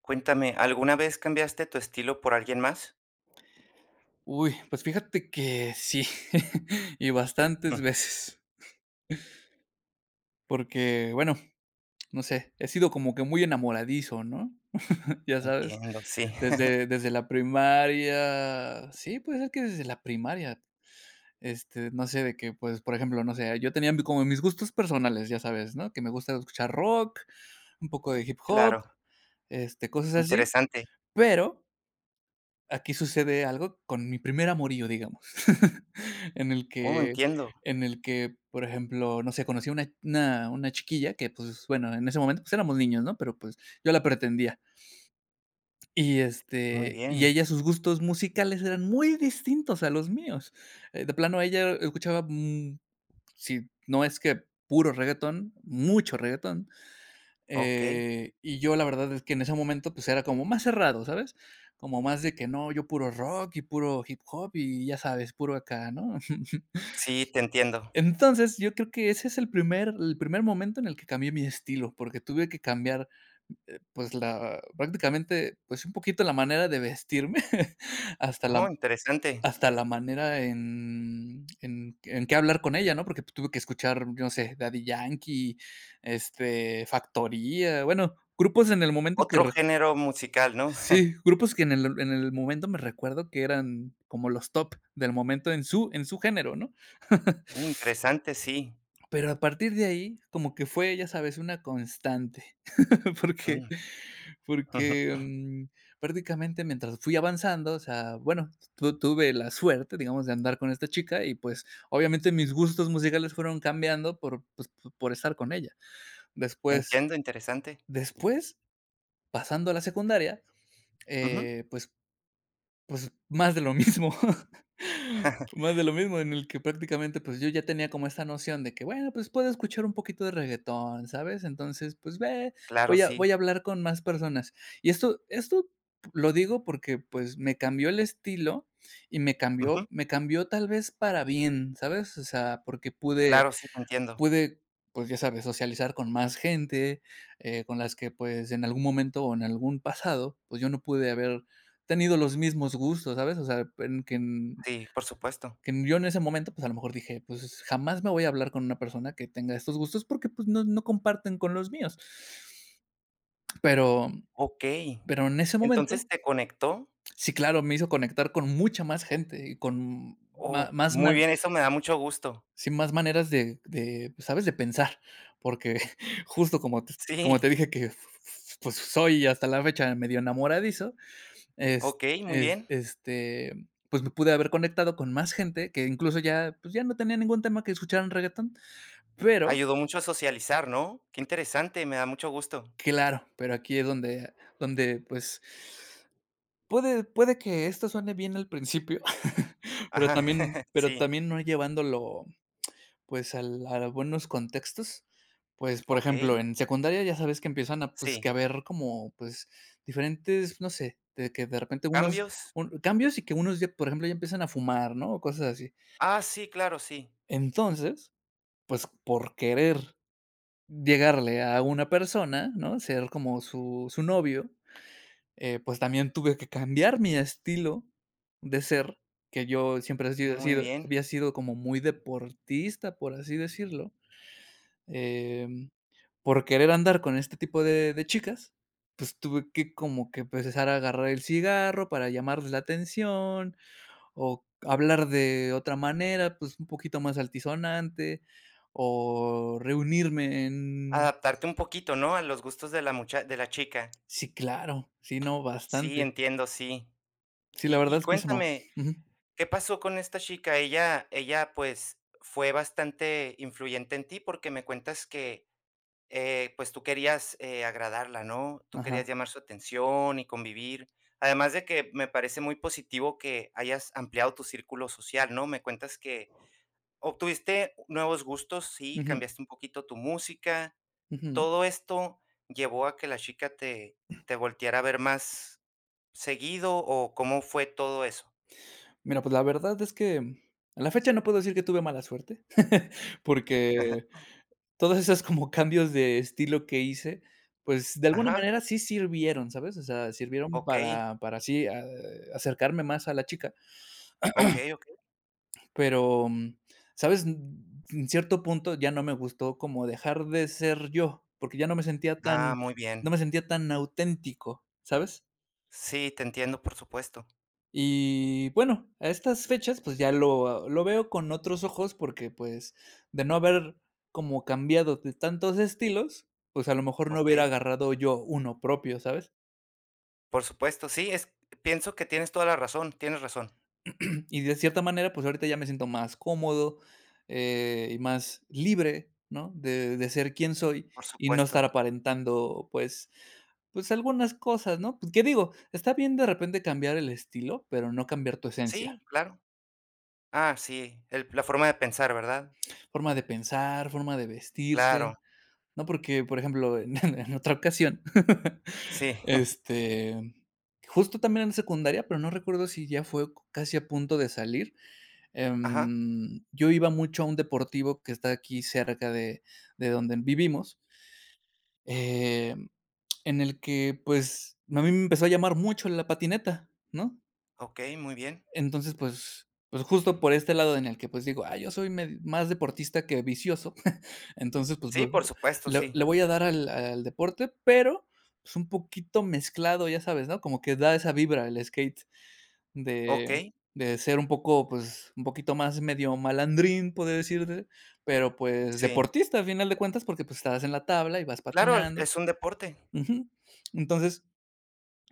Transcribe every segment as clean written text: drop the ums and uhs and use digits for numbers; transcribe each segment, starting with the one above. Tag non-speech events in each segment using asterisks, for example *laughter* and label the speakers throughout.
Speaker 1: Cuéntame, ¿alguna vez cambiaste tu estilo por alguien más?
Speaker 2: Uy, pues fíjate que sí, *laughs* y bastantes
Speaker 1: Mm,
Speaker 2: veces, porque, bueno, no sé, he sido como que muy enamoradizo, ¿no? *laughs* Ya sabes,
Speaker 1: entiendo, sí,
Speaker 2: desde
Speaker 1: *laughs*
Speaker 2: desde la primaria, sí, puede ser que desde la primaria, no sé, de que, pues, por ejemplo, no sé, yo tenía mi como mis gustos personales, ya sabes, ¿no? Que me gusta escuchar rock, un poco de hip hop,
Speaker 1: claro,
Speaker 2: cosas así,
Speaker 1: interesante.
Speaker 2: pero aquí sucede algo con mi primer amorío, digamos, *laughs* en el
Speaker 1: Oh,
Speaker 2: que
Speaker 1: entiendo,
Speaker 2: en el que, por ejemplo, no sé, conocí a una chiquilla que, pues, bueno, en ese momento, pues, éramos niños, ¿no? Pero, pues, yo la pretendía. Y,
Speaker 1: muy
Speaker 2: este, y
Speaker 1: bien,
Speaker 2: ella, sus gustos musicales eran muy distintos a los míos. De plano, ella escuchaba, si no es que puro reggaetón, mucho reggaetón.
Speaker 1: okey.
Speaker 2: Y yo la verdad es que en ese momento, pues, era como más cerrado, ¿sabes? Como más de que no, yo puro rock y puro hip hop y ya sabes, puro acá, ¿no? *laughs*
Speaker 1: Sí, te entiendo.
Speaker 2: Entonces, yo creo que ese es el primer momento en el que cambié mi estilo, porque tuve que cambiar, pues, la prácticamente, pues, un poquito la manera de vestirme *laughs* hasta
Speaker 1: Oh,
Speaker 2: la
Speaker 1: interesante.
Speaker 2: hasta la manera en qué hablar con ella, ¿no? Porque pues, tuve que escuchar, yo no sé, Daddy Yankee, Factoría, bueno, grupos en el momento que
Speaker 1: Otro
Speaker 2: re
Speaker 1: género musical, ¿no?
Speaker 2: sí, grupos que en el momento me recuerdo que eran como los top del momento en su género, ¿no?
Speaker 1: Mm, interesante, sí.
Speaker 2: Pero a partir de ahí, como que fue, ya sabes, una constante, *laughs* porque
Speaker 1: Mm,
Speaker 2: porque,
Speaker 1: *laughs*
Speaker 2: prácticamente mientras fui avanzando, o sea, bueno, tu tuve la suerte, digamos, de andar con esta chica y, pues, obviamente mis gustos musicales fueron cambiando por, pues, por estar con ella. Después
Speaker 1: Entiendo, interesante.
Speaker 2: después, pasando a la secundaria,
Speaker 1: Ujú,
Speaker 2: eh, pues pues, más de lo mismo. *laughs* Más de lo mismo, en el que prácticamente, pues, yo ya tenía como esta noción de que, bueno, pues, puedo escuchar un poquito de reguetón, ¿sabes? Entonces, pues, ve,
Speaker 1: claro,
Speaker 2: voy a voy
Speaker 1: sí.
Speaker 2: a hablar con más personas. Y esto lo digo porque, pues, me cambió el estilo y me
Speaker 1: Ujú,
Speaker 2: cambió me cambió tal vez para bien, ¿sabes? O sea, porque pude
Speaker 1: claro, sí, te entiendo.
Speaker 2: pude, pues, ya sabes, socializar con más gente, con las que, pues, en algún momento o en algún pasado, pues, yo no pude haber tenido los mismos gustos, ¿sabes? O sea, en que en
Speaker 1: Sí, por supuesto.
Speaker 2: que yo en ese momento, pues, a lo mejor dije: "Pues, jamás me voy a hablar con una persona que tenga estos gustos porque, pues, no comparten con los míos". Pero
Speaker 1: Okey.
Speaker 2: pero en ese
Speaker 1: Entonces,
Speaker 2: momento
Speaker 1: ¿te conectó?
Speaker 2: sí, claro, me hizo conectar con mucha más gente y con ma
Speaker 1: Oh,
Speaker 2: más
Speaker 1: muy
Speaker 2: man
Speaker 1: bien, eso me da mucho gusto.
Speaker 2: sí, más maneras de, ¿sabes?, de pensar, porque *laughs* justo como te como
Speaker 1: Sí,
Speaker 2: te dije que, pues, soy hasta la fecha medio enamoradizo, es
Speaker 1: okey, muy bien.
Speaker 2: pues, me pude haber conectado con más gente que incluso ya, pues, ya no tenía ningún tema que escucharan reguetón. Pero,
Speaker 1: Ayudó mucho a socializar, ¿no? Qué interesante, me da mucho gusto.
Speaker 2: claro, pero aquí es donde, pues, puede que esto suene bien al principio, *laughs* pero
Speaker 1: Ajá,
Speaker 2: también
Speaker 1: *laughs*
Speaker 2: pero
Speaker 1: sí,
Speaker 2: también no llevándolo, pues, al a buenos contextos. Pues, por ejemplo,
Speaker 1: okey,
Speaker 2: en secundaria ya sabes que empiezan a, pues, que
Speaker 1: sí.
Speaker 2: a ver como, pues, diferentes, no sé, de que de repente unos
Speaker 1: ¿Cambios?
Speaker 2: un cambios y que unos ya, por ejemplo, ya empiezan a fumar, ¿no? O cosas así.
Speaker 1: Ah, sí, claro, sí.
Speaker 2: Entonces, pues, por querer llegarle a una persona, ¿no? Ser como su novio, pues también tuve que cambiar mi estilo de ser, que yo siempre he sido,
Speaker 1: Muy bien.
Speaker 2: había sido como muy deportista, por así decirlo, em, por querer andar con este tipo de chicas, pues tuve que como que empezar a agarrar el cigarro para llamarles la atención o hablar de otra manera, pues un poquito más altisonante o reunirme.
Speaker 1: Adaptarte un poquito, ¿no?, a los gustos de la mucha de la chica.
Speaker 2: Sí, claro, sí, no,
Speaker 1: Sí,
Speaker 2: bastante.
Speaker 1: entiendo, sí.
Speaker 2: Sí, la
Speaker 1: Y
Speaker 2: verdad
Speaker 1: y
Speaker 2: es que eso no.
Speaker 1: cuéntame,
Speaker 2: Ujú.
Speaker 1: ¿qué pasó con esta chica? Ella, pues, fue bastante influyente en ti, porque me cuentas que eh, pues tú querías, agradarla, ¿no? Tú querías
Speaker 2: Ajá.
Speaker 1: llamar su atención y convivir. Además de que me parece muy positivo que hayas ampliado tu círculo social, ¿no? Me cuentas que obtuviste nuevos gustos, sí,
Speaker 2: Ujú.
Speaker 1: cambiaste un poquito tu música.
Speaker 2: Ujú.
Speaker 1: Todo esto llevó a que la chica te volteara a ver más seguido, ¿o cómo fue todo eso?
Speaker 2: Mira, pues la verdad es que a la fecha no puedo decir que tuve mala suerte, *laughs* porque todas esas como cambios de estilo que hice, pues de alguna
Speaker 1: Ajá,
Speaker 2: manera sí sirvieron, ¿sabes? O sea, sirvieron
Speaker 1: okey,
Speaker 2: para sí, acercarme más a la chica,
Speaker 1: okey, okey.
Speaker 2: pero, ¿sabes? En cierto punto ya no me gustó como dejar de ser yo, porque
Speaker 1: Ah, muy
Speaker 2: no
Speaker 1: bien.
Speaker 2: me sentía tan auténtico, ¿sabes?
Speaker 1: Sí, te entiendo, por supuesto.
Speaker 2: Y bueno, a estas fechas, pues ya lo veo con otros ojos porque, pues, de no haber como cambiado de tantos estilos, pues, a lo mejor no hubiera
Speaker 1: Okey.
Speaker 2: agarrado yo uno propio, ¿sabes?
Speaker 1: Por supuesto, sí, es pienso que tienes toda la razón, tienes razón,
Speaker 2: *clears throat* Y de cierta manera, pues, ahorita ya me siento más cómodo, y más libre, ¿no? De ser quien soy
Speaker 1: por
Speaker 2: y no estar
Speaker 1: supuesto.
Speaker 2: aparentando, pues, algunas cosas, ¿no? Pues, ¿qué digo? Está bien de repente cambiar el estilo, pero no cambiar tu
Speaker 1: Sí,
Speaker 2: esencia.
Speaker 1: claro. Ah, sí, el la forma de pensar, ¿verdad?
Speaker 2: Forma de pensar, forma de
Speaker 1: Claro,
Speaker 2: vestirse. No, porque, por ejemplo, en *laughs* en otra ocasión,
Speaker 1: sí.
Speaker 2: *laughs*
Speaker 1: *laughs*
Speaker 2: este, justo también en secundaria, pero no recuerdo si ya fue c casi a punto de salir,
Speaker 1: Ajá,
Speaker 2: yo iba mucho a un deportivo que está aquí cerca de donde vivimos, em, en el que, pues, a mí me empezó a llamar mucho la patineta, ¿no?
Speaker 1: okey, muy bien.
Speaker 2: Entonces, pues, justo por este lado en el que, pues, digo: "Ah, yo soy me más deportista que vicioso". *laughs* Entonces, pues,
Speaker 1: Sí,
Speaker 2: bu
Speaker 1: por
Speaker 2: bu
Speaker 1: supuesto,
Speaker 2: le
Speaker 1: sí.
Speaker 2: le voy a dar al deporte, pero, pues, un poquito mezclado, ya sabes, ¿no? Como que da esa vibra el skate de
Speaker 1: Okey,
Speaker 2: de ser un poco, pues, un poquito más medio malandrín, podría decirte, pero, pues,
Speaker 1: sí.
Speaker 2: deportista, al final de cuentas, porque, pues, estás en la tabla y vas
Speaker 1: Claro, el
Speaker 2: patinando.
Speaker 1: es un deporte.
Speaker 2: Ujú. Entonces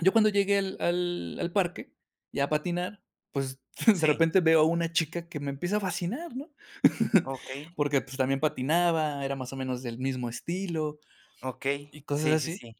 Speaker 2: yo cuando llegué al parque, ya a patinar, pues, *laughs* de
Speaker 1: Sí,
Speaker 2: repente veo a una chica que me empieza a fascinar, ¿no? *laughs*
Speaker 1: okey,
Speaker 2: Porque, pues, también patinaba, era más o menos del mismo estilo
Speaker 1: okey.
Speaker 2: y cosas
Speaker 1: Sí, sí,
Speaker 2: así.
Speaker 1: sí.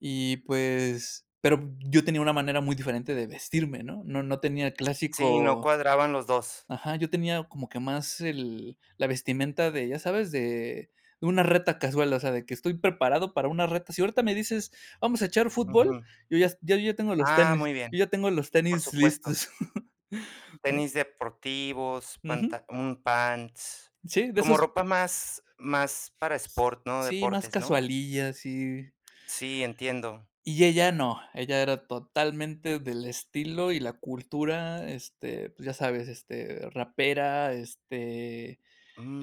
Speaker 2: Y, pues, pero yo tenía una manera muy diferente de vestirme, ¿no? No tenía el
Speaker 1: Sí, no
Speaker 2: clásico.
Speaker 1: cuadraban los 2.
Speaker 2: Ajá, yo tenía como que más el la vestimenta de, ya sabes, de una reta casual, o sea, de que estoy preparado para una reta. Si ahorita me dices: "Vamos a echar fútbol",
Speaker 1: Ujú.
Speaker 2: yo ya tengo los
Speaker 1: Ah,
Speaker 2: tenis,
Speaker 1: muy bien,
Speaker 2: yo ya tengo los
Speaker 1: por
Speaker 2: tenis
Speaker 1: supuesto.
Speaker 2: listos, *laughs* ¿no?
Speaker 1: Tenis deportivos,
Speaker 2: Ujú.
Speaker 1: panta un pants,
Speaker 2: Sí, de
Speaker 1: como
Speaker 2: esos
Speaker 1: ropa más para sport, ¿no?
Speaker 2: sí, más
Speaker 1: Deportes, ¿no?
Speaker 2: casualillas, y
Speaker 1: Sí, entiendo.
Speaker 2: Y ella no, ella era totalmente del estilo y la cultura, pues, ya sabes, rapera,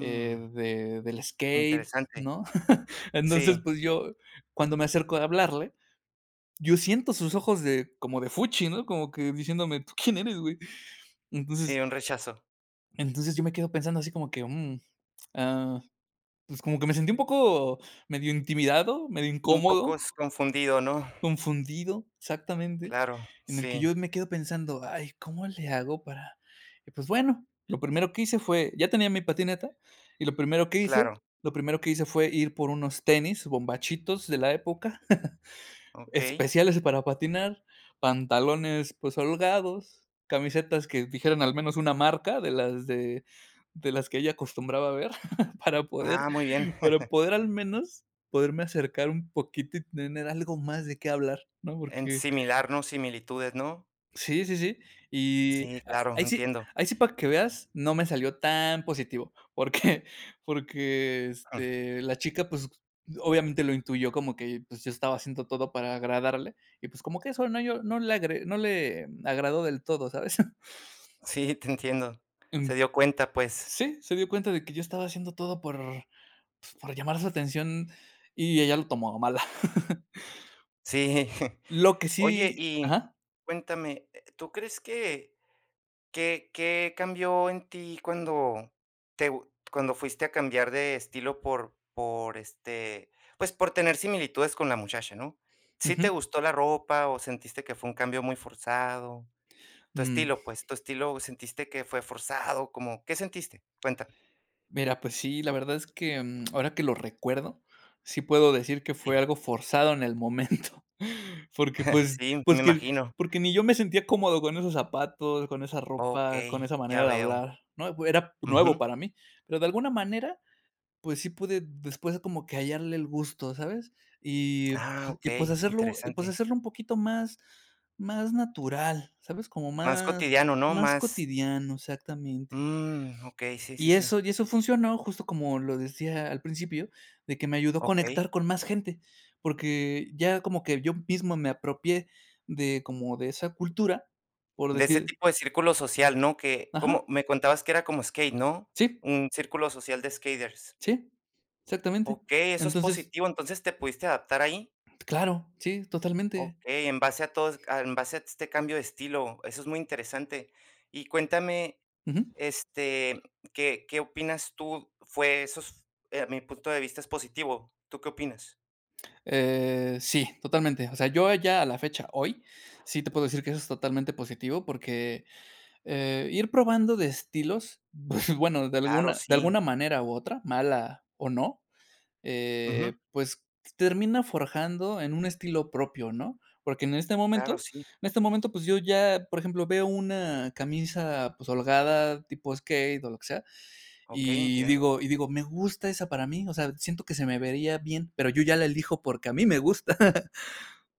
Speaker 2: De del skate,
Speaker 1: interesante.
Speaker 2: ¿no? *laughs* Entonces,
Speaker 1: Sí,
Speaker 2: pues, yo cuando me acerco a hablarle, yo siento sus ojos de como de fuchi, ¿no? Como que diciéndome: "¿Tú quién eres, güey?".
Speaker 1: sí,
Speaker 2: Entonces
Speaker 1: un rechazo.
Speaker 2: entonces yo me quedo pensando así como que, ah, pues, como que me sentí un poco medio intimidado, medio
Speaker 1: Un poco
Speaker 2: incómodo.
Speaker 1: es confundido, ¿no?
Speaker 2: Confundido, exactamente,
Speaker 1: Claro,
Speaker 2: en el que
Speaker 1: sí,
Speaker 2: yo me quedo pensando: "Ay, ¿cómo le hago para?". Y, pues, bueno, lo primero que hice fue ya tenía mi patineta, y lo primero que hice
Speaker 1: claro.
Speaker 2: lo primero que hice fue ir por unos tenis bombachitos de la época, *laughs*
Speaker 1: Okey.
Speaker 2: especiales para patinar, pantalones, pues, holgados, camisetas que dijeran al menos una marca de las que ella acostumbraba ver *laughs* para poder
Speaker 1: Ah, muy bien.
Speaker 2: para
Speaker 1: *laughs*
Speaker 2: poder al menos poderme acercar un poquito y tener algo más de qué hablar, ¿no?
Speaker 1: En
Speaker 2: Porque
Speaker 1: similar, ¿no? Similitudes, ¿no?
Speaker 2: sí, sí, sí. Y
Speaker 1: Sí,
Speaker 2: a
Speaker 1: claro, entiendo.
Speaker 2: ahí sí para que veas, no me salió tan positivo, porque *laughs* porque,
Speaker 1: Mm,
Speaker 2: la chica, pues, obviamente lo intuyó como que, pues, yo estaba haciendo todo para agradarle y, pues, como que eso no yo no le agradó del todo, ¿sabes? *laughs*
Speaker 1: sí, te entiendo.
Speaker 2: Em,
Speaker 1: Se dio cuenta, pues.
Speaker 2: sí, se dio cuenta de que yo estaba haciendo todo por, pues, por llamar su atención y ella lo tomó a mala. *laughs*
Speaker 1: Sí. *laughs*
Speaker 2: Lo que
Speaker 1: Oye,
Speaker 2: sí.
Speaker 1: y
Speaker 2: Ajá,
Speaker 1: cuéntame, ¿tú crees que qué cambió en ti cuando te gu cuando fuiste a cambiar de estilo por, este, pues, por tener similitudes con la muchacha, no? ¿Sí
Speaker 2: ujú.
Speaker 1: te gustó la ropa o sentiste que fue un cambio muy forzado? Tu
Speaker 2: Mm.
Speaker 1: estilo, pues, tu estilo, ¿sentiste que fue forzado? Como, ¿qué sentiste? Cuéntame.
Speaker 2: Mira, pues sí, la verdad es que, ahora que lo recuerdo, sí puedo decir que fue
Speaker 1: Sí.
Speaker 2: algo forzado en el momento, *laughs* porque,
Speaker 1: *laughs*
Speaker 2: pues
Speaker 1: Sí, me
Speaker 2: pues que
Speaker 1: imagino.
Speaker 2: porque ni yo me sentía cómodo con esos zapatos, con esa ropa, con
Speaker 1: Okey,
Speaker 2: esa manera
Speaker 1: ya
Speaker 2: de
Speaker 1: veo.
Speaker 2: hablar, ¿no? Era nuevo
Speaker 1: Ujú.
Speaker 2: para mí, pero de alguna manera pues sí pude después como que hallarle el gusto, ¿sabes? Y
Speaker 1: Ah,
Speaker 2: pues
Speaker 1: okey, interesante.
Speaker 2: hacerlo un poquito más natural, ¿sabes? Como
Speaker 1: Más
Speaker 2: más
Speaker 1: cotidiano, ¿no?
Speaker 2: más
Speaker 1: Más,
Speaker 2: cotidiano, exactamente.
Speaker 1: mm, okey, sí, sí,
Speaker 2: Y
Speaker 1: sí,
Speaker 2: eso y eso funcionó, justo como lo decía al principio, de que me ayudó a conectar
Speaker 1: okey.
Speaker 2: con más gente, porque ya como que yo mismo me apropié de esa cultura, por
Speaker 1: De ese
Speaker 2: decir
Speaker 1: tipo de círculo social, ¿no? Que,
Speaker 2: ajá,
Speaker 1: como me contabas que era como skate, ¿no?
Speaker 2: sí,
Speaker 1: Un círculo social de skaters.
Speaker 2: sí, exactamente.
Speaker 1: Okey, eso es
Speaker 2: Entonces,
Speaker 1: positivo, entonces, ¿te pudiste adaptar ahí?
Speaker 2: claro, sí, totalmente.
Speaker 1: Okey, en base a todo, a en base a este cambio de estilo, eso es muy interesante. Y cuéntame,
Speaker 2: Ujú.
Speaker 1: este, ¿qué qué opinas tú? Fue eso es a mi punto de vista es positivo, ¿tú qué opinas?
Speaker 2: Sí, totalmente. O sea, yo ya a la fecha, hoy, sí te puedo decir que eso es totalmente positivo porque, ir probando de estilos, *laughs* pues, bueno, de
Speaker 1: Claro,
Speaker 2: alguna de
Speaker 1: sí.
Speaker 2: alguna manera u otra, mala o no,
Speaker 1: Ujú,
Speaker 2: pues, termina forjando en un estilo propio, ¿no? Porque
Speaker 1: claro, sí.
Speaker 2: en este momento, pues, yo ya, por ejemplo, veo una camisa, pues, holgada tipo skate o lo que sea,
Speaker 1: Okey, entiendo.
Speaker 2: y digo, me gusta esa para mí, o sea, siento que se me vería bien, pero yo ya la elijo porque a mí me gusta. *laughs*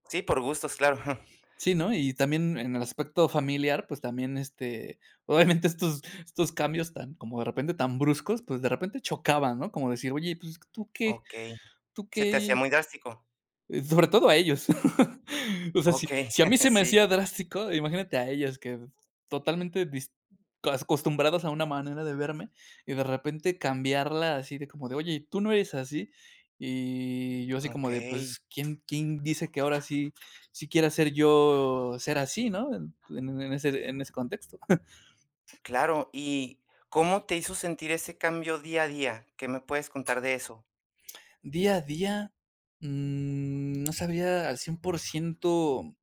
Speaker 1: Sí, por gustos, claro. *laughs*
Speaker 2: Sí, ¿no? Y también en el aspecto familiar, pues también este, obviamente estos cambios tan, como de repente tan bruscos, pues de repente chocaban, ¿no? Como decir, oye, pues tú qué,
Speaker 1: Okey.
Speaker 2: tú
Speaker 1: ¿Se te hacía
Speaker 2: qué.
Speaker 1: muy drástico?
Speaker 2: Sobre todo a ellos. *laughs* O sea, si
Speaker 1: Okey,
Speaker 2: si a mí
Speaker 1: *laughs*
Speaker 2: se me
Speaker 1: sí,
Speaker 2: hacía drástico, imagínate a ellas que totalmente dis as acostumbradas a una manera de verme, y de repente cambiarla así de como de: "Oye, tú no eres así". Y yo así como de:
Speaker 1: okey,
Speaker 2: "Pues, ¿quién dice que ahora sí sí quiera ser yo ser así?", ¿no? En ese en ese contexto.
Speaker 1: claro. ¿Y cómo te hizo sentir ese cambio día a día? ¿Qué me puedes contar de eso?
Speaker 2: *laughs* Día a día, mm, no sabría al 100%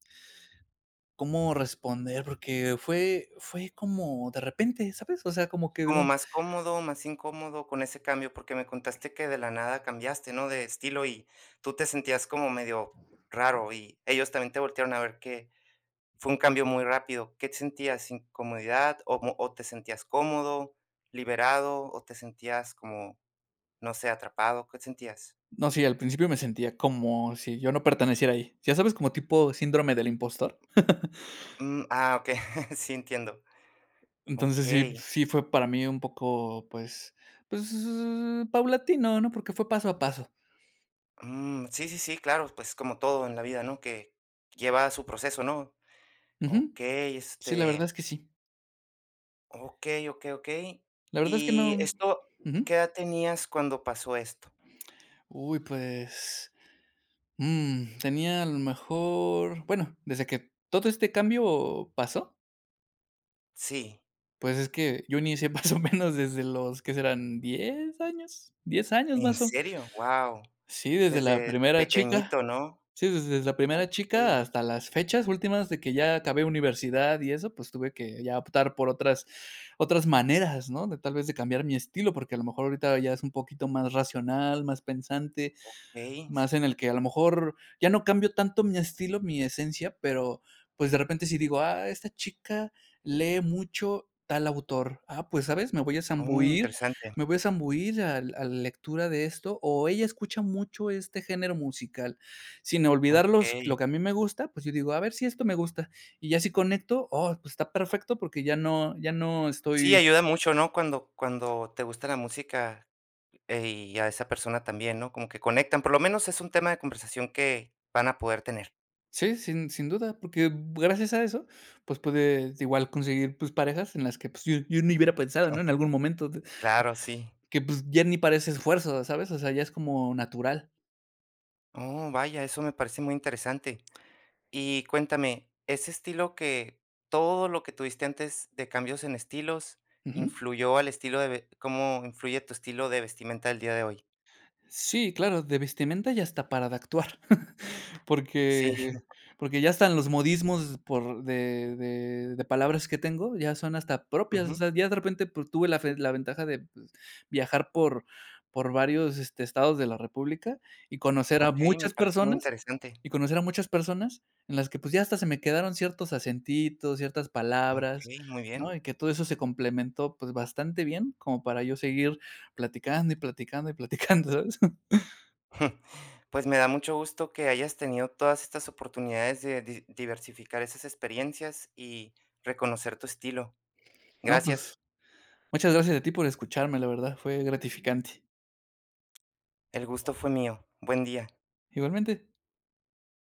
Speaker 2: cómo responder, porque fue como de repente, ¿sabes? O sea, como que de
Speaker 1: ¿Como
Speaker 2: un
Speaker 1: más cómodo, más incómodo con ese cambio? Porque me contaste que de la nada cambiaste, ¿no?, de estilo y tú te sentías como medio raro, y ellos también te voltearon a ver que fue un cambio muy rápido. ¿Qué sentías? ¿Incomodidad o te sentías cómodo, liberado, o te sentías como no sé, atrapado, ¿qué sentías?
Speaker 2: no sé, al principio me sentía como si yo no perteneciera ahí. Ya sabes, como tipo síndrome del impostor.
Speaker 1: Mm, ah, okey, *laughs* sí, entiendo.
Speaker 2: Entonces sí
Speaker 1: Okey,
Speaker 2: sí fue para mí un poco, pues pues, paulatino, ¿no? Porque fue paso a paso.
Speaker 1: mm, sí, sí, sí, claro, pues, como todo en la vida, ¿no?, que lleva su proceso, ¿no?
Speaker 2: Ujú.
Speaker 1: Okey,
Speaker 2: Sí, la verdad
Speaker 1: este,
Speaker 2: es que sí.
Speaker 1: okey, okey, okey.
Speaker 2: La verdad es que
Speaker 1: Y
Speaker 2: no,
Speaker 1: esto,
Speaker 2: ujú.
Speaker 1: ¿qué edad tenías cuando pasó esto?
Speaker 2: Uy, pues, mm, tenía a lo mejor bueno, desde que todo este cambio pasó.
Speaker 1: Sí,
Speaker 2: Pues es que yo inicié *laughs* más o menos desde los, ¿qué serán? ¿10 años? 10 años
Speaker 1: ¿en
Speaker 2: más o.
Speaker 1: serio? Wow,
Speaker 2: Sí, desde la
Speaker 1: desde
Speaker 2: primera chica.
Speaker 1: pequeñito, ¿no?
Speaker 2: Sí, desde la primera chica
Speaker 1: Okey,
Speaker 2: hasta las fechas últimas de que ya acabé universidad y eso, pues tuve que ya optar por otras otras maneras, ¿no? De tal vez de cambiar mi estilo, porque a lo mejor ahorita ya es un poquito más racional, más pensante,
Speaker 1: okey,
Speaker 2: más en el que a lo mejor ya no cambio tanto mi estilo, mi esencia, pero pues de repente si digo, ah, esta chica lee mucho tal autor. Ah, pues sabes, me voy a
Speaker 1: oh,
Speaker 2: zambuir,
Speaker 1: interesante,
Speaker 2: me voy a zambuir a la lectura de esto, o ella escucha mucho este género musical, sin olvidar los-
Speaker 1: okey.
Speaker 2: lo que a mí me gusta, pues yo digo, a ver si esto me gusta, y ya si conecto, oh, pues está perfecto porque ya no, ya no estoy.
Speaker 1: Sí, ayuda mucho, ¿no?, cuando te gusta la música eh, y a esa persona también, ¿no? Como que conectan, por lo menos es un tema de conversación que van a poder tener.
Speaker 2: Sí, sin duda, porque gracias a eso, pues, pude igual conseguir, pues, parejas en las que, pues, yo ni hubiera pensado, ¿no? En algún momento de
Speaker 1: Claro, sí.
Speaker 2: que, pues, ya ni parece esfuerzo, ¿sabes? O sea, ya es como natural.
Speaker 1: Oh, vaya, eso me parece muy interesante. Y cuéntame, ¿ese estilo que todo lo que tuviste antes de cambios en estilos
Speaker 2: Ujú.
Speaker 1: influyó al estilo de ve cómo influye tu estilo de vestimenta del día de hoy?
Speaker 2: Sí, claro, de vestimenta y hasta para de actuar, *laughs* porque
Speaker 1: Sí, *laughs*
Speaker 2: porque ya están los modismos por de palabras que tengo, ya son hasta propias, o
Speaker 1: ujú.
Speaker 2: sea, ya de repente, pues, tuve la fe la ventaja de, pues, viajar por varios, este, estados de la república y conocer a
Speaker 1: Okey, me
Speaker 2: muchas
Speaker 1: parece muy
Speaker 2: personas.
Speaker 1: interesante.
Speaker 2: Y conocer a muchas personas en las que, pues, ya hasta se me quedaron ciertos acentitos, ciertas palabras,
Speaker 1: Okey, muy bien.
Speaker 2: ¿no? Y que todo eso se complementó, pues, bastante bien, como para yo seguir platicando, y platicando, y platicando, ¿sabes? *laughs*
Speaker 1: *laughs* Pues me da mucho gusto que hayas tenido todas estas oportunidades de diversificar esas experiencias y reconocer tu estilo.
Speaker 2: No,
Speaker 1: Gracias,
Speaker 2: pues, muchas gracias a ti por escucharme, la verdad, fue gratificante.
Speaker 1: el gusto fue mío. Buen día.
Speaker 2: Igualmente.